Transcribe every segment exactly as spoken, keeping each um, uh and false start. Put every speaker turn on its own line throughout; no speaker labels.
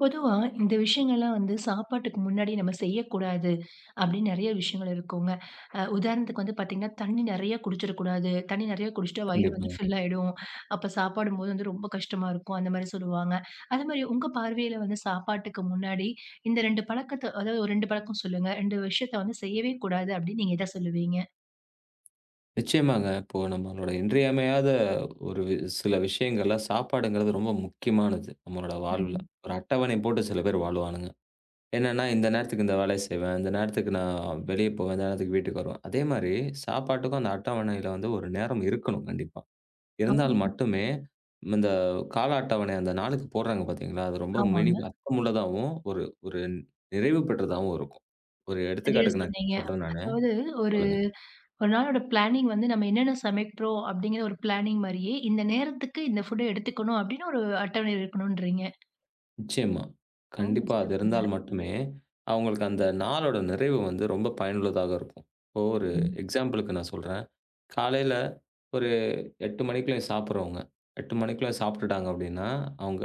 பொதுவா இந்த விஷயங்கள்லாம் வந்து சாப்பாட்டுக்கு முன்னாடி நம்ம செய்யக்கூடாது அப்படின்னு நிறைய விஷயங்கள் இருக்குங்க. அ உதாரணத்துக்கு வந்து பார்த்தீங்கன்னா, தண்ணி நிறைய குடிச்சிடக்கூடாது. தண்ணி நிறைய குடிச்சிட்டா வயிறு வந்து
கண்டிப்பாங்க.
ஃபில் ஆயிடும். அப்ப சாப்பிடும்போது வந்து ரொம்ப கஷ்டமா இருக்கும். அந்த மாரி சொல்லுவாங்க. அது மாரி உங்க பார்வையில வந்து சாப்பாட்டுக்கு முன்னாடி இந்த ரெண்டு பழக்கத்த அதாவது ஒரு ரெண்டு பழக்கம் சொல்லுங்க. ரெண்டு விஷயத்த வந்து செய்யவே கூடாது அப்படின்னு நீங்க எத சொல்லுவீங்க?
நிச்சயமாங்க. இப்போ நம்மளோட இன்றியமையாத ஒரு வி- சில விஷயங்கள்ல சாப்பாடுங்கிறது ரொம்ப முக்கியமானது, நம்மளோட வாழ்வுல.
ம்.
ஒரு அட்டவணை போட்டு சில பேர் வாழுவானுங்க. என்னன்னா, இந்த நேரத்துக்கு இந்த வேலைய செய்வேன், இந்த நேரத்துக்கு நான் வெளிய போவேன், இந்த நேரத்துக்கு வீட்டுக்கு வருவேன். அதே மாரி சாப்பாட்டுக்கும் அந்த அட்டவணையில வந்து ஒரு நேரம் இருக்கணும் கண்டிப்பா.
ஆமா.
இருந்தால் மட்டுமே இந்த கால அட்டவணை அந்த நாளுக்கு போடுறாங்க பார்த்தீங்களா, அது ரொம்ப மினி
ஆமாங்க.
அர்த்தமுள்ளதாவும், ஒரு ஒரு நிறைவு பெற்றதாவும் இருக்கும். ஒரு
சரியா
எடுத்துக்காட்டுக்கு நான்
சொன்னீங்க.
சொல்றேன் நானு.
அதாவது ஒரு
சொல்லுங்க.
ஒரு நாளோட பிளானிங் வந்து நம்ம என்னென்ன சமைக்கிறோம் அப்படிங்கிற ஒரு பிளானிங் மாரியே, இந்த நேரத்துக்கு இந்த ஃபுட்ட எடுத்துக்கணும் அப்படின்னு ஒரு அட்டவணை இருக்கணுன்றீங்க.
நிச்சயமா.
ஓ!
கண்டிப்பா அது
சிறப்புங்க.
இருந்தால் மட்டுமே, அவங்களுக்கு அந்த நாளோட நிறைவு வந்து ரொம்ப பயனுள்ளதாக இருக்கும். இப்போ ஒரு
ம்.
எக்ஸாம்பிளுக்கு நான் சொல்றேன். காலையில ஒரு எட்டு மணிக்குள்ள சாப்பிடுறவங்க, எட்டு மணிக்குள்ள சாப்பிட்டுட்டாங்க அப்படின்னா, அவங்க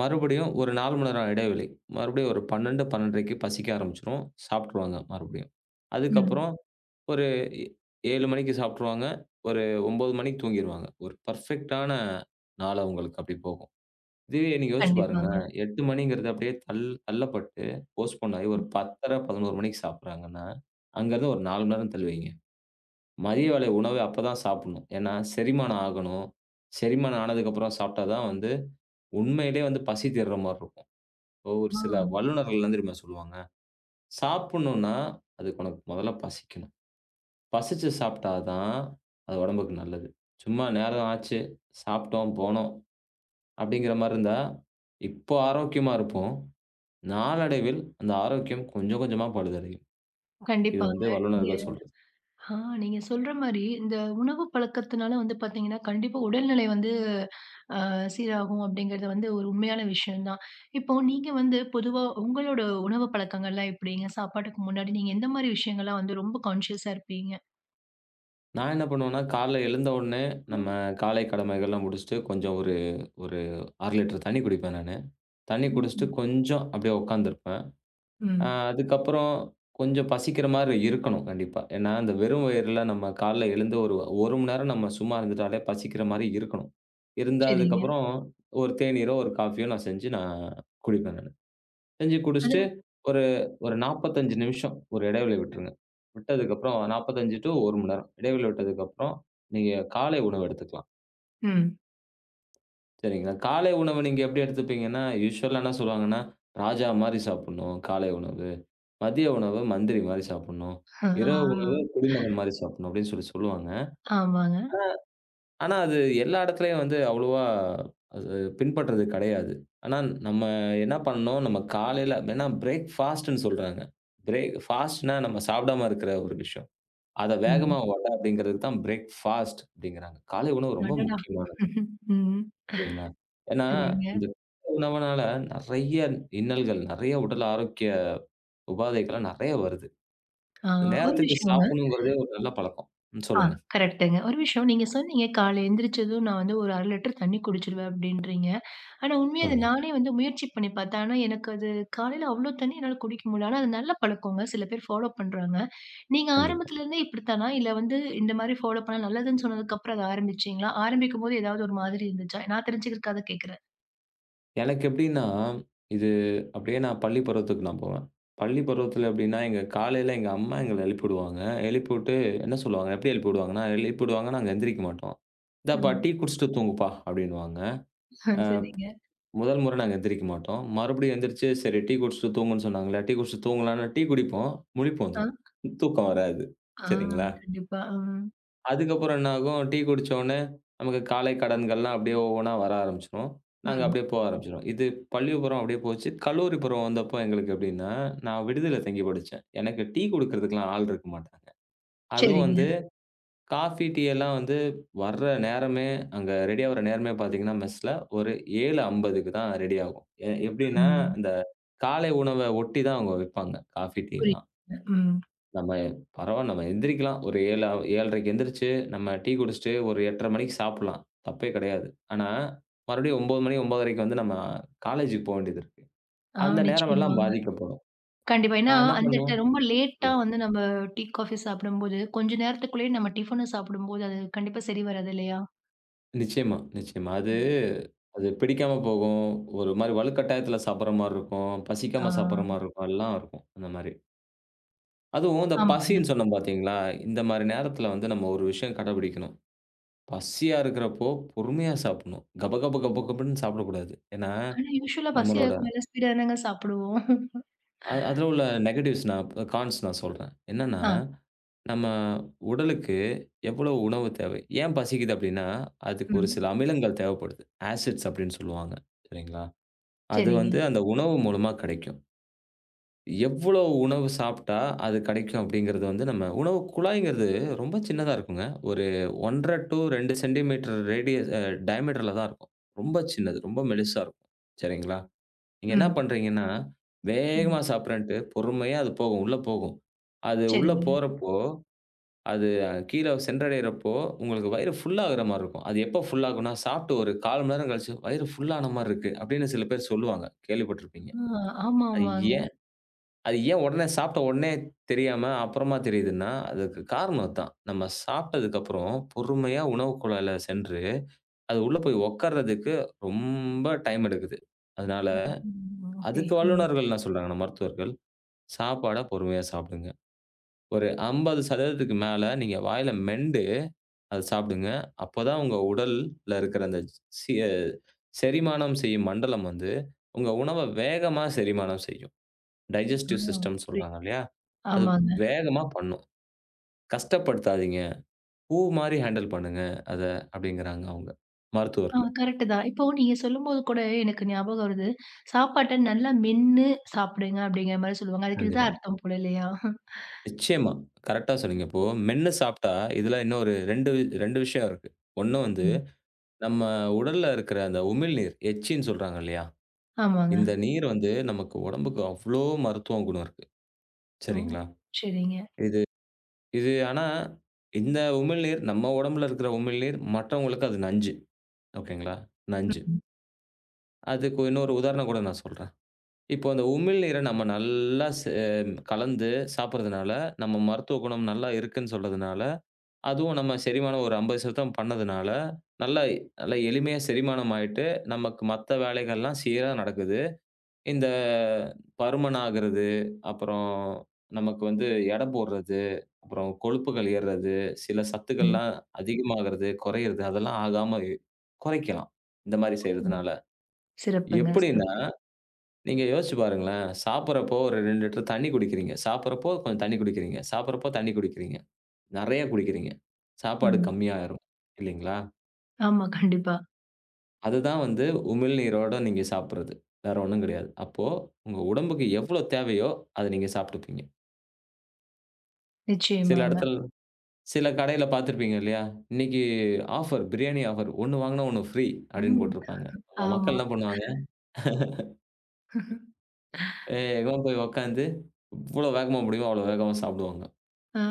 மறுபடியும் ஒரு நான்கு மணி நேரம் இடைவெளி. மறுபடியும் ஒரு பன்னிரண்டு, 12:30க்கு பசிக்க ஆரம்பிச்சுரும். சாப்பிட்டுருவாங்க மறுபடியும்.
ம்.
அதுக்கப்புறம் ஒரு எ ஏழு மணிக்கு சாப்பிட்டுருவாங்க. ஒரு ஒன்பது மணிக்கு தூங்கிருவாங்க. ஒரு பெர்ஃபெக்ட்டான நாள் அவங்களுக்கு அப்படி போகும். இதுவே நீங்க யோசிச்சு
கண்டிப்பாங்க.
பாருங்களேன். எட்டு மணிங்கிறது அப்படியே தள் தள்ளப்பட்டு, போஸ்ட்போன் ஆகி ஒரு பத்தரை, பதினொன்று மணிக்கு சாப்பிடுறாங்கன்னா, அங்கருந்து ஒரு நான்கு மணி நேரம் தள்ளி வைங்க. மதிய வேளை உணவு அப்பதான் சாப்பிடணும். ஏன்னா செரிமானம் ஆகணும். செரிமானம் ஆனதுக்கப்புறம் சாப்பிட்டா தான் வந்து, உண்மையிலே வந்து பசி தீர்ற மாரி இருக்கும். இப்போ ஒரு
ஆ.
சில வல்லுனர்கள் என்ன தெரியுமா சொல்லுவாங்க? சாப்பிடணும்னா, அதுக்கு உனக்கு முதல்ல பசிக்கணும். பசிச்சு சாப்பிட்டா தான், அது உடம்புக்கு நல்லது. சும்மா நேரம் ஆச்சு, சாப்பிட்டோம், போனோம் அப்படிங்கிற மாரி இருந்தா, இப்போ ஆரோக்கியமா இருப்போம். நாளடைவில் அந்த ஆரோக்கியம் கொஞ்சம் கொஞ்சமா பழுதடையும். இது
கண்டிப்பாங்க.
வந்து
நீங்க
வல்லுனர்கள் சொல்றது.
ஆ நீங்க சொல்ற மாரி இந்த உணவு பழக்கத்தினால வந்து பார்த்தீங்கன்னா, கண்டிப்பா உடல்நிலை வந்து அ சீராகும் அப்படிங்கிறது வந்து ஒரு உண்மையான விஷயம் தான். இப்போ நீங்க வந்து பொதுவா உங்களோட உணவு பழக்கங்கள்லாம் எப்படிங்க? சாப்பாட்டுக்கு முன்னாடி நீங்க எந்த மாரி விஷயங்கள்லாம் வந்து ரொம்ப கான்ஷியஸா இருப்பீங்க?
நான் என்ன பண்ணுவேன்னா, காலைல எழுந்த உடனே நம்ம
ம்.
காலை கடமைகள்லாம் முடிச்சுட்டு கொஞ்சம் ஒரு ஒரு அரை லிட்டர் தண்ணி குடிப்பேன் நானு. தண்ணி குடிச்சுட்டு கொஞ்சம் அப்படியே உட்காந்துருப்பேன். அ
ம்.
அதுக்கப்புறம் கொஞ்சம் பசிக்கிற மாரி இருக்கணும் கண்டிப்பா. ஏன்னா, இந்த வெறும் வயிறுல நம்ம காலைல எழுந்து ஒரு 1 மணி நேரம் நம்ம சும்மா இருந்துட்டாலே பசிக்கிற மாரி இருக்கணும். இருந்தா
சரிங்க.
அதுக்கப்புறம் ஒரு தேநீரோ, ஒரு காஃபியோ நான் செஞ்சு நான் குடிப்பேன் நானு. செஞ்சு குடிச்சுட்டு, ஒரு ஒரு நாற்பத்தி ஐந்து நிமிஷம் ஒரு இடைவெளி விட்டுருங்க. விட்டதுக்கப்புறம் நாற்பத்தி ஐந்து டூ ஒரு மணி நேரம். இடைவெளி விட்டதுக்கப்புறம், நீங்க காலை உணவு எடுத்துக்கலாம்.
ம்.
சரிங்களா? காலை உணவு நீங்க எப்படி எடுத்துப்பீங்கன்னா, யூசுவலா என்ன சொல்லுவாங்கன்னா, ராஜா மாரி சாப்பிடணும் காலை உணவு. மதிய உணவு மந்திரி மாரி சாப்பிடணும்.
அ
இரவு உணவு
ஆ
குடிமகன் மாரி சாப்பிடணும் அப்படின்னு சொல்லி சொல்லுவாங்க.
ஆமாங்க.
ஆனா, அது எல்லா இடத்துலயும் வந்து அவ்வளவா அது பின்பற்றது கிடையாது. ஆனா, நம்ம என்ன பண்ணணும், நம்ம காலையில ஏன்னா பிரேக்ஃபாஸ்ட்ன்னு சொல்றாங்க. பிரேக் ஃபாஸ்ட்ன்னா நம்ம சாப்பிடாம இருக்கிற ஒரு விஷயம். அத
ம்.
வேகமா வட அப்படிங்கிறதுக்கு தான் பிரேக்ஃபாஸ்ட் அப்படிங்கிறாங்க. காலை உணவு ரொம்ப
அடடா!
முக்கியமானது.
ம்.
சரிங்களா? ஏன்னா,
சரிங்க.
இந்த உணவுனால நெறைய இன்னல்கள், நெறைய உடல் ஆரோக்கிய உபாதைகள்லாம் நெறைய வருது.
ஆ ஒரு
நேரத்துக்கு
விஷயங்க.
சாப்பிடணுங்கிறதே ஒரு நல்ல பழக்கம். ம்.
ஆ
சொல்லுங்க,
கரெக்ட்டுங்க. ஒரு விஷயம் நீங்க சொன்னீங்க, "காலை எந்திரிச்சதும் நான் வந்து ஒரு அரை லிட்டர் தண்ணி குடிச்சுருவேன்" அப்படின்றீங்க. ஆனா உண்மையா அது
சொல்லுங்க.
நானே வந்து முயற்சி பண்ணி பார்த்தேன். ஆனா எனக்கு அது காலையில அவ்ளோ தண்ணி என்னால குடிக்க முடியல. ஆனா அது நல்ல பழக்கங்க. சில பேர் ஃபாலோ பண்றாங்க. நீங்க
கண்டிப்பா.
ஆரம்பத்துலருந்தே இப்படித்தானா? இல்ல வந்து இந்த மாரி ஃபாலோ பண்ணா நல்லதுன்னு சொன்னதுக்கப்புறம் அத ஆரம்பிச்சீங்களா? ஆரம்பிக்கும்போது ஏதாவது ஒரு மாதிரி இருந்துச்சா? நான் தெரிஞ்சுக்கிறதுக்காக கேட்கிறேன்.
எனக்கு எப்படின்னா, இது அப்படியே நான் பள்ளி பருவத்துக்கு நான் போவேன். பள்ளி பருவத்தில எப்படின்னா, எங்க காலையில எங்க அம்மா எங்கள எழுப்பி விடுவாங்க. எழுப்பிவிட்டு என்ன சொல்லுவாங்க, எப்படி எழுப்பி விடுவாங்கன்னா, எழுப்பி விடுவாங்க நாங்க எந்திரிக்க மாட்டோம். "இந்தாப்பா
ம்.
டீ குடிச்சிட்டு தூங்குப்பா" அப்படின்னுவாங்க.
ஆ சரிங்க.
முதல் முறை நாங்க எந்திரிக்க மாட்டோம். மறுபடியும் எந்திரிச்சு, சரி டீ குடிச்சிட்டு தூங்குன்னு சொன்னாங்களே, டீ குடிச்சிட்டு தூங்கலாம்ன்னு டீ குடிப்போம். முழிப்பு
ஆ.
வந்துரும். தூக்கம் வராது.
ஆ,
சரிங்களா?
கண்டிப்பா. ம்.
அதுக்கப்புறம் என்ன ஆகும், டீ குடிச்ச உடனே நமக்கு காலை கடன்கள்லாம் அப்படியே ஒவ்வொன்னா வர ஆரம்பிச்சுரும். நாங்க
ம்.
அப்படியே போக ஆரம்பிச்சுருவோம். இது பள்ளி பருவம் அப்படியே போச்சு. கல்லூரி பருவம் வந்தப்போ எங்களுக்கு எப்படின்னா, நான் விடுதியில தங்கி படிச்சேன். எனக்கு டீ குடுக்கிறதுக்குலாம் ஆள் இருக்க மாட்டாங்க. அதுவும்
சரிங்க.
வந்து காஃபி, டீ எல்லாம் வந்து வர்ற நேரமே அங்க ரெடி ஆவுற நேரமே பார்த்தீங்கன்னா, மெஸ்ல ஒரு 7:50க்கு தான் ரெடி ஆகும். எ எப்படின்னா,
ம்.
இந்த காலை உணவ ஒட்டி தான் அவங்க விப்பாங்க. காஃபி, டீலாம்.
புரியுதுங்க. ம்.
நம்ம பரவால்ல நம்ம எந்திரிக்கலாம். ஒரு ஏழு 7:30க்கு எந்திரிச்சு, நம்ம டீ குடிச்சுட்டு ஒரு எட்டரை மணிக்கு சாப்பிடலாம். தப்பே கிடையாது. ஆனா, மறுபடியும் ஒன்பது மணி 9:30க்கு வந்து நம்ம காலேஜுக்கு போ வேண்டியது இருக்கு.
ஆ,
அந்த நேரமெல்லாம்
நிச்சயமாங்க.
பாதிக்கப்படும்.
கண்டிப்பா. ஏன்னா,
நான் என்ன
அந்த ட
பண்ணுவேன்
ரொம்ப லேட்டா
சொல்லுங்க.
வந்து நம்ம டீ, காஃபி சாப்பிடும்போது, கொஞ்ச நேரத்துக்குள்ளேயே நம்ம டிஃபன சாப்பிடும்போது, அது கண்டிப்பா சரி வராது இல்லையா?
நிச்சயமா, நிச்சயமா. அது
ம்.
அது பிடிக்காம போகும். ஒரு மாரி வலுக்கட்டாயத்துல சாப்பிடுற மாரி இருக்கும்.
ஆ,
பசிக்காம சாப்பிடுற மாரி இருக்கும். எல்லாம் இருக்கும். அந்த மாரி. அதுவும் இந்த
ஆமாங்க.
பசின்னு சொன்னேன் பார்த்தீங்களா? இந்த மாரி நேரத்துல வந்து நம்ம ஒரு விஷயம் கடைபிடிக்கணும். பசியா இருக்கிறப்போ பொறுமையா சாப்பிடணும். கப கப கப கபன்னு சாப்பிடக்கூடாது. ஏன்னா,
ஆனா, யூசுவலா
நம்மளோட
பசியாருக்கும் போதெல்லாம் ஸ்பீடா தானங்க சாப்பிடுவோம்.
அ அதில உள்ள நெகட்டிவ்ஸ் நான் கான்ஸ் நான் சொல்றேன். என்னன்னா,
ஆ,
நம்ம உடலுக்கு எவ்வளவு உணவு தேவை? ஏன் பசிக்குது அப்டின்னா, அதுக்கு ஒரு
ம்.
சில அமிலங்கள் தேவைப்படுது. ஆசிட்ஸ் அப்டின்னு சொல்லுவாங்க. சரிங்களா? அது
சரிங்க.
வந்து அந்த உணவு மூலமா கிடைக்கும். எவ்வளோ உணவு சாப்பிட்டா அது கிடைக்கும் அப்படிங்கிறது வந்து நம்ம உணவு குழாய்ங்கிறது ரொம்ப சின்னதா இருக்குங்க. ஒரு ஒன்று அரை, இரண்டு சென்டிமீட்டர் ரேடியஸ் அ டயாமீட்டர்ல தான் இருக்கும். ரொம்ப சின்னது. ரொம்ப மெலிசா இருக்கும். சரிங்களா? நீங்க என்ன
ம்,
பண்றீங்கன்னா,
ம்.
வேகமா சாப்பிடுறேன்ட்டு பொறுமையா அது போகும். உள்ள போகும். அது உள்ள
சரிங்க.
போறப்போ, அது கீழ சென்றடையிறப்போ, உங்களுக்கு வயிறு ஃபுல் ஆகுற மாரி இருக்கும். அது எப்போ ஃபுல் ஆகும்னா, சாப்பிட்டு ஒரு கால் மணி நேரம் கழிச்சு, "வயிறு ஃபுல் ஆன மாரி இருக்கு" அப்படின்னு சில பேர் சொல்லுவாங்க. கேள்விப்பட்டிருப்பீங்க.
ஆ, ஆமா,
அது
ஆமாங்க.
அது ஏன் உடனே சாப்பிட்ட உடனே தெரியாம, அப்புறமா தெரியுதுன்னா, அதுக்கு காரணம் அதான். நம்ம சாப்பிட்டதுக்கப்புறம் பொறுமையா உணவு குழாய்ல சென்று, அது உள்ள போய் உட்கார்றதுக்கு ரொம்ப டைம் எடுக்குது. அதனால,
ஓ! ம். ஓகே.
அதுக்கு
ம்.
வல்லுனர்கள் என்ன சொல்றாங்கன்னா, மருத்துவர்கள், சாப்பாட பொறுமையா சாப்பிடுங்க. ஒரு ஐம்பது சதவீதம் மேல நீங்க வாயில மெண்டு அத சாப்பிடுங்க. அப்பதான் உங்க உடல்ல இருக்கிற அந்த சி செரிமானம் செய்யும் மண்டலம் வந்து, உங்க உணவ வேகமா செரிமானம் செய்யும்.
ஆ,
டைஜெஸ்டிவ் சிஸ்டம்ன்னு
புரியுது.
சொல்றாங்க இல்லையா? அது
ஆமாங்க.
வேகமா பண்ணும். கஷ்டப்படுத்தாதீங்க. பூ மாரி ஹேண்டில் பண்ணுங்க அத அப்டிங்கிறாங்க அவங்க.
ஆ
மருத்துவர்கள்.
கரெக்ட்டு தான். இப்போ நீங்க சொல்லும்போது கூட எனக்கு ஞாபகம் வருது. சாப்பாட்ட நல்லா மென்னு சாப்பிடுங்க அப்படிங்கிற மாரி சொல்லுவாங்க. அதுக்கு இதுதான்
கண்டிப்பா.
அர்த்தம் போல இல்லையா?
நிச்சயமா. கரெக்ட்டா சொன்னீங்க. இப்போ மென்னு சாப்ட்டா இதுல இன்னொரு இரண்டு வி இரண்டு விஷயம் இருக்கு. ஒண்ணு வந்து
ம்.
நம்ம உடல்ல இருக்கிற அந்த உமிழ்நீர், எச்சின்னு சொல்றாங்க இல்லையா?
ஆமாங்க.
இந்த நீர் வந்து நமக்கு உடம்புக்கு அவ்ளோ மருத்துவ குணம் இருக்கு.
ஓ!
சரிங்களா?
சரிங்க.
இது இது ஆனா இந்த உமிழ்நீர் நம்ம உடம்புல இருக்கிற உமிழ்நீர் மற்றவங்களுக்கு அது நஞ்சு. ஓகேங்களா? நஞ்சு.
ம்,
அதுக்கு இன்னொரு உதாரணம் கூட நான் சொல்றேன். இப்போ அந்த உமிழ்நீர நம்ம நல்லா சே கலந்து சாப்பிடுறதுனால, நம்ம மருத்துவ குணம் நல்லா இருக்குன்னு சொல்றதுனால, அதுவும் நம்ம செரிமானம் ஒரு ஐம்பது சதவீதம் பண்ணதுனால, நல்லா நல்லா எளிமையா செரிமானம் ஆயிட்டு, நமக்கு மத்த வேலைகள்லாம் சீரா நடக்குது. இந்த பருமன் ஆகுறது, அப்புறம் நமக்கு வந்து எடை போடுறது, அப்புறம் கொழுப்புகள் ஏறுறது, சில
ம்.
சத்துக்கள்லாம் அதிகமாகுறது, குறையிறது அதெல்லாம் ஆகாம இ குறைக்கலாம். இந்த மாரி
ம்.
செய்றதுனால.
சிறப்புங்க,
எப்படின்னா
சிறப்பு.
நீங்க யோசிச்சு பாருங்களேன். சாப்பிடுறப்போ ஒரு இரண்டு லிட்டர் தண்ணீ குடிக்கிறீங்க. சாப்பிடுறப்போ கொஞ்சம் தண்ணீ குடிக்கிறீங்க. சாப்பிடுறப்போ தண்ணீ குடிக்கிறீங்க. நெறைய குடிக்கிறீங்க. சாப்பாடு
ம்.
கம்மியாயிரும். இல்லீங்களா?
ஆமா, கண்டிப்பா.
அதுதான் வந்து உமிழ்நீரோட நீங்க சாப்பிடுறது. வேற ஒண்ணும் கிடையாது. அப்போ உங்க உடம்புக்கு எவ்வளோ தேவையோ, அத நீங்க சாப்பிட்டுப்பீங்க. சில
நிச்சயமாங்க.
இடத்துல சில கடையில பார்த்திருப்பீங்க இல்லையா? இன்னைக்கு ஆஃபர் பிரியாணி ஆஃபர். ஒண்ணு வாங்குனா ஒண்ணு ஃப்ரீ அப்படின்னு
ம்.
போட்டிருப்பாங்க. நம்ம
ஆமா.
மக்கள் என்ன பண்ணுவாங்க, வேகமா போய் உட்காந்து, எவ்வளோ வேகமா முடியுமோ அவ்வளோ வேகமா சாப்பிடுவாங்க.
ஆ,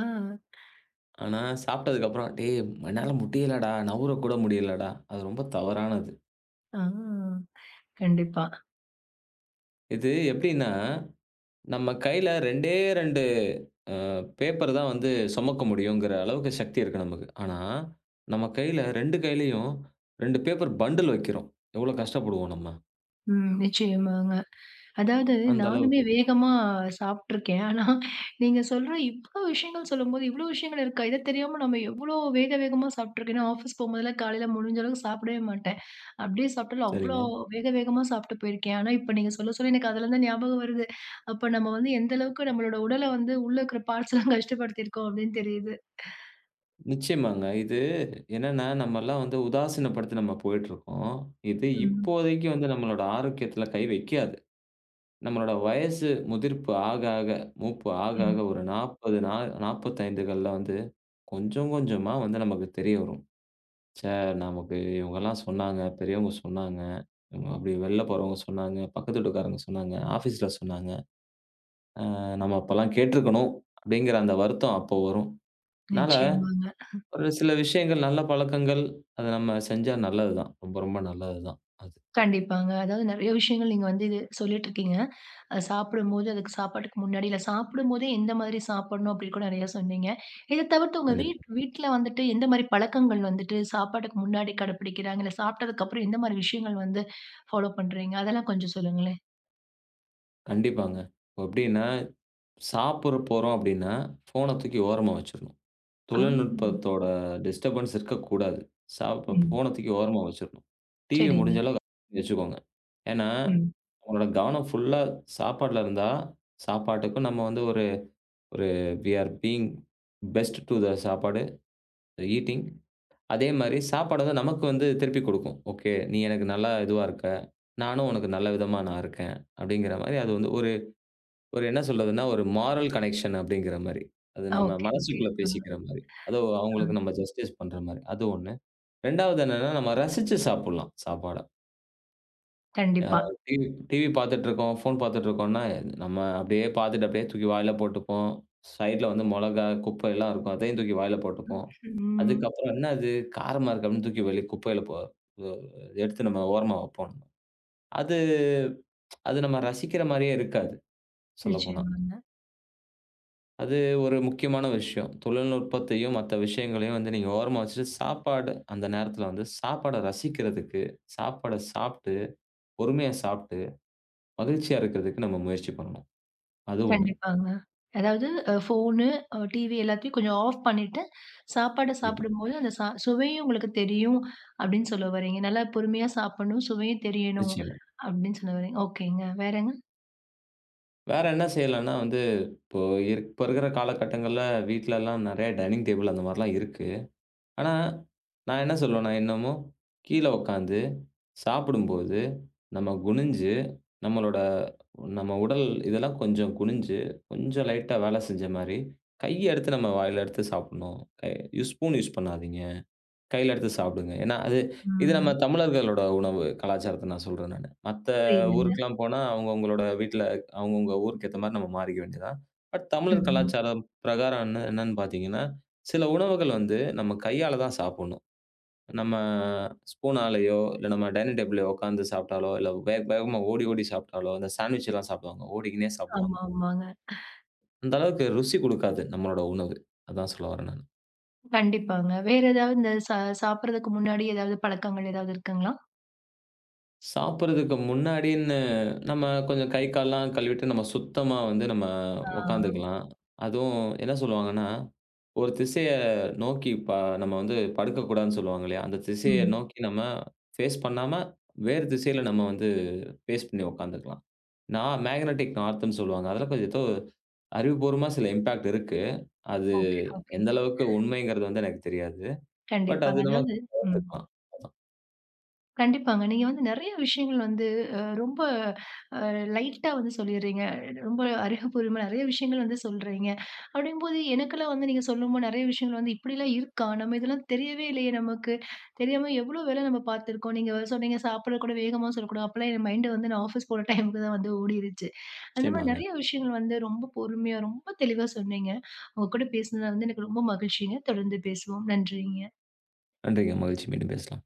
ஆனா, சாப்பிட்டதுக்கப்புறம், "டேய் என்னால முடியலடா, நவுரக்கூட முடியலடா." அது ரொம்ப தவறானது.
ஆ. கண்டிப்பா.
இது எப்படின்னா, நம்ம கையில இரண்டு இரண்டு அ பேப்பர் தான் வந்து சுமக்க முடியுங்கிற அளவுக்கு சக்தி இருக்கு நமக்கு. ஆனா, நம்ம கையில இரண்டு கையிலயும் இரண்டு பேப்பர் பண்டில் வைக்கிறோம். எவ்வளோ கஷ்டப்படுவோம் நம்ம.
ம். நிச்சயமாங்க. அதாவது
அந்த
நானுமே
அளவுக்கு.
வேகமா சாப்பிட்டுருக்கேன். ஆனா, நீங்க சொல்ற இவ்ளோ விஷயங்கள் சொல்லும்போது, இவ்ளோ விஷயங்கள் இருக்கா? இத தெரியாம நம்ம எவ்ளோ வேக வேகமா சாப்பிட்டுருக்கேன். நான் ஆஃபீஸ் போம்போதெல்லாம் காலையில முடிஞ்ச அளவுக்கு சாப்பிடவே மாட்டேன். அப்படியே சாப்பிட்டாலும் அவ்ளோ
சரிங்க.
வேக வேகமா சாப்பிட்டு போயிருக்கேன். ஆனா, இப்ப நீங்க சொல்ல சொல்ல எனக்கு அதுலருந்து ஞாபகம் வருது. அப்ப நம்ம வந்து எந்த அளவுக்கு நம்மளோட உடல வந்து உள்ள இருக்கிற பார்ட்ஸ்லாம் கஷ்டப்படுத்தியிருக்கோம் அப்படின்னு தெரியுது.
நிச்சயமாங்க. இது என்னன்னா, நம்மலாம் வந்து உதாசீனப்படுத்தி நம்ம போயிட்டுருக்கோம். இது
ம்,
இப்போதைக்கு வந்து நம்மளோட ஆரோக்கியத்தில கை வைக்காது. நம்மளோட வயசு முதிர்ப்பு ஆக, ஆக, மூப்பு ஆக, ஆக
ம்.
ஒரு நாற்பது நா 45கள்ல வந்து கொஞ்சம் கொஞ்சமா வந்து நமக்கு தெரிய வரும். ச்சே! நமக்கு இவங்கலாம் சொன்னாங்க, பெரியவங்க சொன்னாங்க, இவங்க அப்படி வெளில போறவங்க சொன்னாங்க, பக்கத்து வீட்டுக்காரங்க சொன்னாங்க, ஆஃபீஸ்ல சொன்னாங்க. அ நம்ம அப்பலாம் கேட்டுருக்கணும் அப்படிங்கிற அந்த வருத்தம் அப்போ வரும். அதனால
நிச்சயமாங்க.
ஒரு சில விஷயங்கள், நல்ல பழக்கங்கள் அத நம்ம செஞ்சா நல்லது தான். ரொம்ப ரொம்ப நல்லது தான் அது.
கண்டிப்பாங்க. அதாவது நெறைய விஷயங்கள் நீங்க வந்து இது சொல்லிட்டுருக்கீங்க. அது சாப்பிடும்போது, அதுக்கு சாப்பாட்டுக்கு முன்னாடி, இல்ல சாப்பிடும்போதே எந்த மாதிரி சாப்பிடணும் அப்படின்னு கூட நெறைய சொன்னீங்க. இத தவிர்த்து உங்க
கண்டிப்பா.
வீட் வீட்ல வந்துட்டு எந்த மாரி பழக்கங்கள் வந்துட்டு சாப்பாட்டுக்கு முன்னாடி கடைப்பிடிக்கிறாங்க? இல்ல சாப்பிட்டதுக்கப்புறம் எந்த மாரி விஷயங்கள் வந்து ஃபாலோ பண்றீங்க? அதெல்லாம் கொஞ்சம் சொல்லுங்களேன்.
கண்டிப்பாங்க. இப்போ எப்படின்னா சாப்பிட போறோம் அப்படின்னா, ஃபோன தூக்கி ஓரமா வச்சுரணும்.
ஆ.
தொழில்நுட்பத்தோட டிஸ்டர்பன்ஸ் இருக்கக்கூடாது. சாப்
ம்.
ஃபோன தூக்கி ஓரமா வச்சுரணும். டிவிய
சரிங்க.
முடிஞ்ச அளவுக்கு அகற்றி வச்சுக்கோங்க. ஏன்னா,
ம்.
நம்மளோட கவனம் ஃபுல்லா சாப்பாட்ல இருந்தா, சாப்பாட்டுக்கும் நம்ம வந்து ஒரு ஒரு we are being best to the சாப்பாடு, ஈட்டிங். அதே மாரி சாப்பாடு வந்து நமக்கு வந்து திருப்பி கொடுக்கும். ஓகே, நீ எனக்கு நல்லா இதுவா இருக்க. நானும் உனக்கு நல்ல விதமா நான் இருக்கேன். அப்படிங்கிற மாரி அது வந்து ஒரு என்ன சொல்றதுன்னா, ஒரு மாரல் கனெக்ஷன் அப்படிங்கிற மாரி. அது நம்ம
ஓகே, ஓகே.
மனசுக்குள்ள
ஆ,
பேசிக்கிற மாரி. அதோ
ஆ.
அவங்களுக்கு நம்ம ஜஸ்டிஸ் பண்ற மாரி. அது ஒன்று. 2வது என்னன்னா, நம்ம ரசிச்சு சாப்பிடலாம் சாப்பாட. அ
கண்டிப்பா.
டிவி டிவி பார்த்துட்டுருக்கோம், ஃபோன் பார்த்துட்டுருக்கோம்னா, நம்ம அப்படியே பார்த்துட்டு அப்படியே தூக்கி வாயில போட்டுப்போம். சைட்ல வந்து மொளகா, குப்பை எல்லாம் இருக்கும். அதையும் தூக்கி வாயில போட்டுப்போம்.
ம்.
அதுக்கப்புறம் என்ன அது காரமா இருக்கு அப்படின்னு தூக்கி வெளிய குப்பையில போ அ எடுத்து நம்ம ஓரமா வைப்போம். அது அது நம்ம ரசிக்கிற மாரியே இருக்காது சொல்லப்போனா.
நிச்சயமாங்க.
அது ஒரு முக்கியமான விஷயம். தொழில்நுட்பத்தையும், மத்த விஷயங்களையும் வந்து நீங்க ஓரமா வச்சுட்டு, சாப்பாடு அந்த நேரத்துல வந்து சாப்பாட ரசிக்கிறதுக்கு, சாப்பாட சாப்ட்டு, பொறுமையா சாப்ட்டு, மகிழ்ச்சியா இருக்கிறதுக்கு நம்ம முயற்சி பண்ணணும். அது ஒன்று.
கண்டிப்பாங்க. அதாவது அ ஃபோனு, அ டிவி எல்லாத்தையும் கொஞ்சம் ஆஃப் பண்ணிட்டு, சாப்பாட
கண்டிப்பா.
சாப்பிடும்போது அந்த சா சுவையும் உங்களுக்கு தெரியும் அப்படின்னு சொல்ல வர்றீங்க. நல்லா பொறுமையா சாப்பிடணும், சுவையும் தெரியணும்
நிச்சயமா.
அப்படின்னு சொல்ல வர்றீங்க. ஓகேங்க. வேறங்க?
வேற என்ன செய்யலான்னா வந்து, இப்போ இப்ப இருக்கிற காலகட்டங்கள்ல வீட்லலாம் நெறைய டைனிங் டேபிள் அந்த மாரிலாம் இருக்கு. ஆனா, நான் என்ன சொல்லுவேன்னா, இன்னமும் கீழ உட்காந்து சாப்பிடும்போது, நம்ம குனிஞ்சு, நம்மளோட நம்ம உடல் இதெல்லாம் கொஞ்சம் குனிஞ்சு, கொஞ்சம் லைட்டா வேலை செஞ்ச மாரி, கைய எடுத்து நம்ம வாயில எடுத்து சாப்பிடணும். கை ஸ்பூன் யூஸ் பண்ணாதீங்க. கையில எடுத்து சாப்பிடுங்க. ஏன்னா, அது இது நம்ம
ம்.
தமிழர்களோட உணவு கலாச்சாரத்த நான் சொல்றேன் நானு. மத்த
புரியுதுங்க.
ஊருக்குலாம் போனா அவங்கவங்களோட வீட்ல அவங்கவங்க ஊருக்கு ஏத்த மாரி நம்ம மாறிக்க வேண்டியது தான். பட் தமிழர்
ம்.
கலாச்சாரம் பிரகாரம் என்ன என்னன்னு பார்த்தீங்கன்னா, சில உணவுகள் வந்து நம்ம கையால தான் சாப்பிடணும். நம்ம ஸ்பூனாலயோ, இல்ல நம்ம டைனிங் டேபிள்லயோ உட்கார்ந்து சாப்பிட்டாலோ, இல்ல வேக வேகமா ஓடி ஓடி சாப்பிட்டாலோ, இந்த சாண்ட்விச் எல்லாம் சாப்பிடுவாங்க. ஓடிக்கின்னே சாப்பிடுவாங்க.
ஆமா, ஆமாங்க.
அந்த அளவுக்கு ருசி குடுக்காது நம்மளோட உணவு. அதான் சொல்ல வரேன் நானு.
கண்டிப்பாங்க. வேற ஏதாவது இந்த சா சாப்பிடுறதுக்கு முன்னாடி ஏதாவது பழக்கங்கள் ஏதாவது இருக்குங்களா?
சாப்பிடுறதுக்கு முன்னாடின்னு, நம்ம கொஞ்சம் கை, கால்லாம் கழுவிட்டு நம்ம சுத்தமா வந்து நம்ம
ஆ.
உட்காந்துக்கலாம். அதுவும் என்ன சொல்லுவாங்கன்னா, ஒரு திசைய நோக்கி ப நம்ம வந்து படுக்கக்கூடாதுன்னு சொல்லுவாங்க இல்லையா? அந்த திசைய
ம்.
நோக்கி நம்ம ஃபேஸ் பண்ணாம, வேறு திசையில நம்ம வந்து ஃபேஸ் பண்ணி உட்காந்துக்கலாம். நான் மேக்னெட்டிக் நார்த்துன்னு சொல்லுவாங்க. அதெல்லாம் கொஞ்சம் ஏதோ அறிவுபூர்வமா சில இம்பாக்ட் இருக்கு. அது
ஓகே, ஓகே.
எந்த அளவுக்கு உண்மைங்கிறது வந்து எனக்கு தெரியாது. பட்
கண்டிப்பாங்க.
அது நம்ம
அதாவது ம்.
பார்த்துக்கலாம்.
கண்டிப்பாங்க. நீங்க வந்து நெறைய விஷயங்கள் வந்து அ ரொம்ப அ லைட்டா வந்து சொல்லிர்றீங்க. ரொம்ப அறிவுபூர்வமா நெறைய விஷயங்கள் வந்து சொல்றீங்க. அப்படிங்கும்போது எனக்கெல்லாம் வந்து நீங்க சொல்லும்போது நெறைய விஷயங்கள் வந்து இப்படிலாம் இருக்கா? நம்ம இதெல்லாம் தெரியவே இல்லையே நமக்கு. தெரியாம எவ்வளோ வேலை நம்ம பார்த்துருக்கோம். நீங்க சொன்னீங்க சாப்பிட கூட வேகமா சொல்லக்கூடாது. அப்பலாம் என் மைண்ட் வந்து நான் ஆஃபீஸ் போற டைமுக்கு தான் வந்து ஓடிருச்சு. அந்த மாரி
நிச்சயமாங்க.
நெறைய விஷயங்கள் வந்து ரொம்ப பொறுமையா, ரொம்ப தெளிவா சொன்னீங்க. உங்க கூட பேசினதுல வந்து எனக்கு ரொம்ப மகிழ்ச்சிங்க. தொடர்ந்து பேசுவோம். நன்றிங்க.
நன்றிங்க. மகிழ்ச்சி. மீண்டும் பேசலாம்.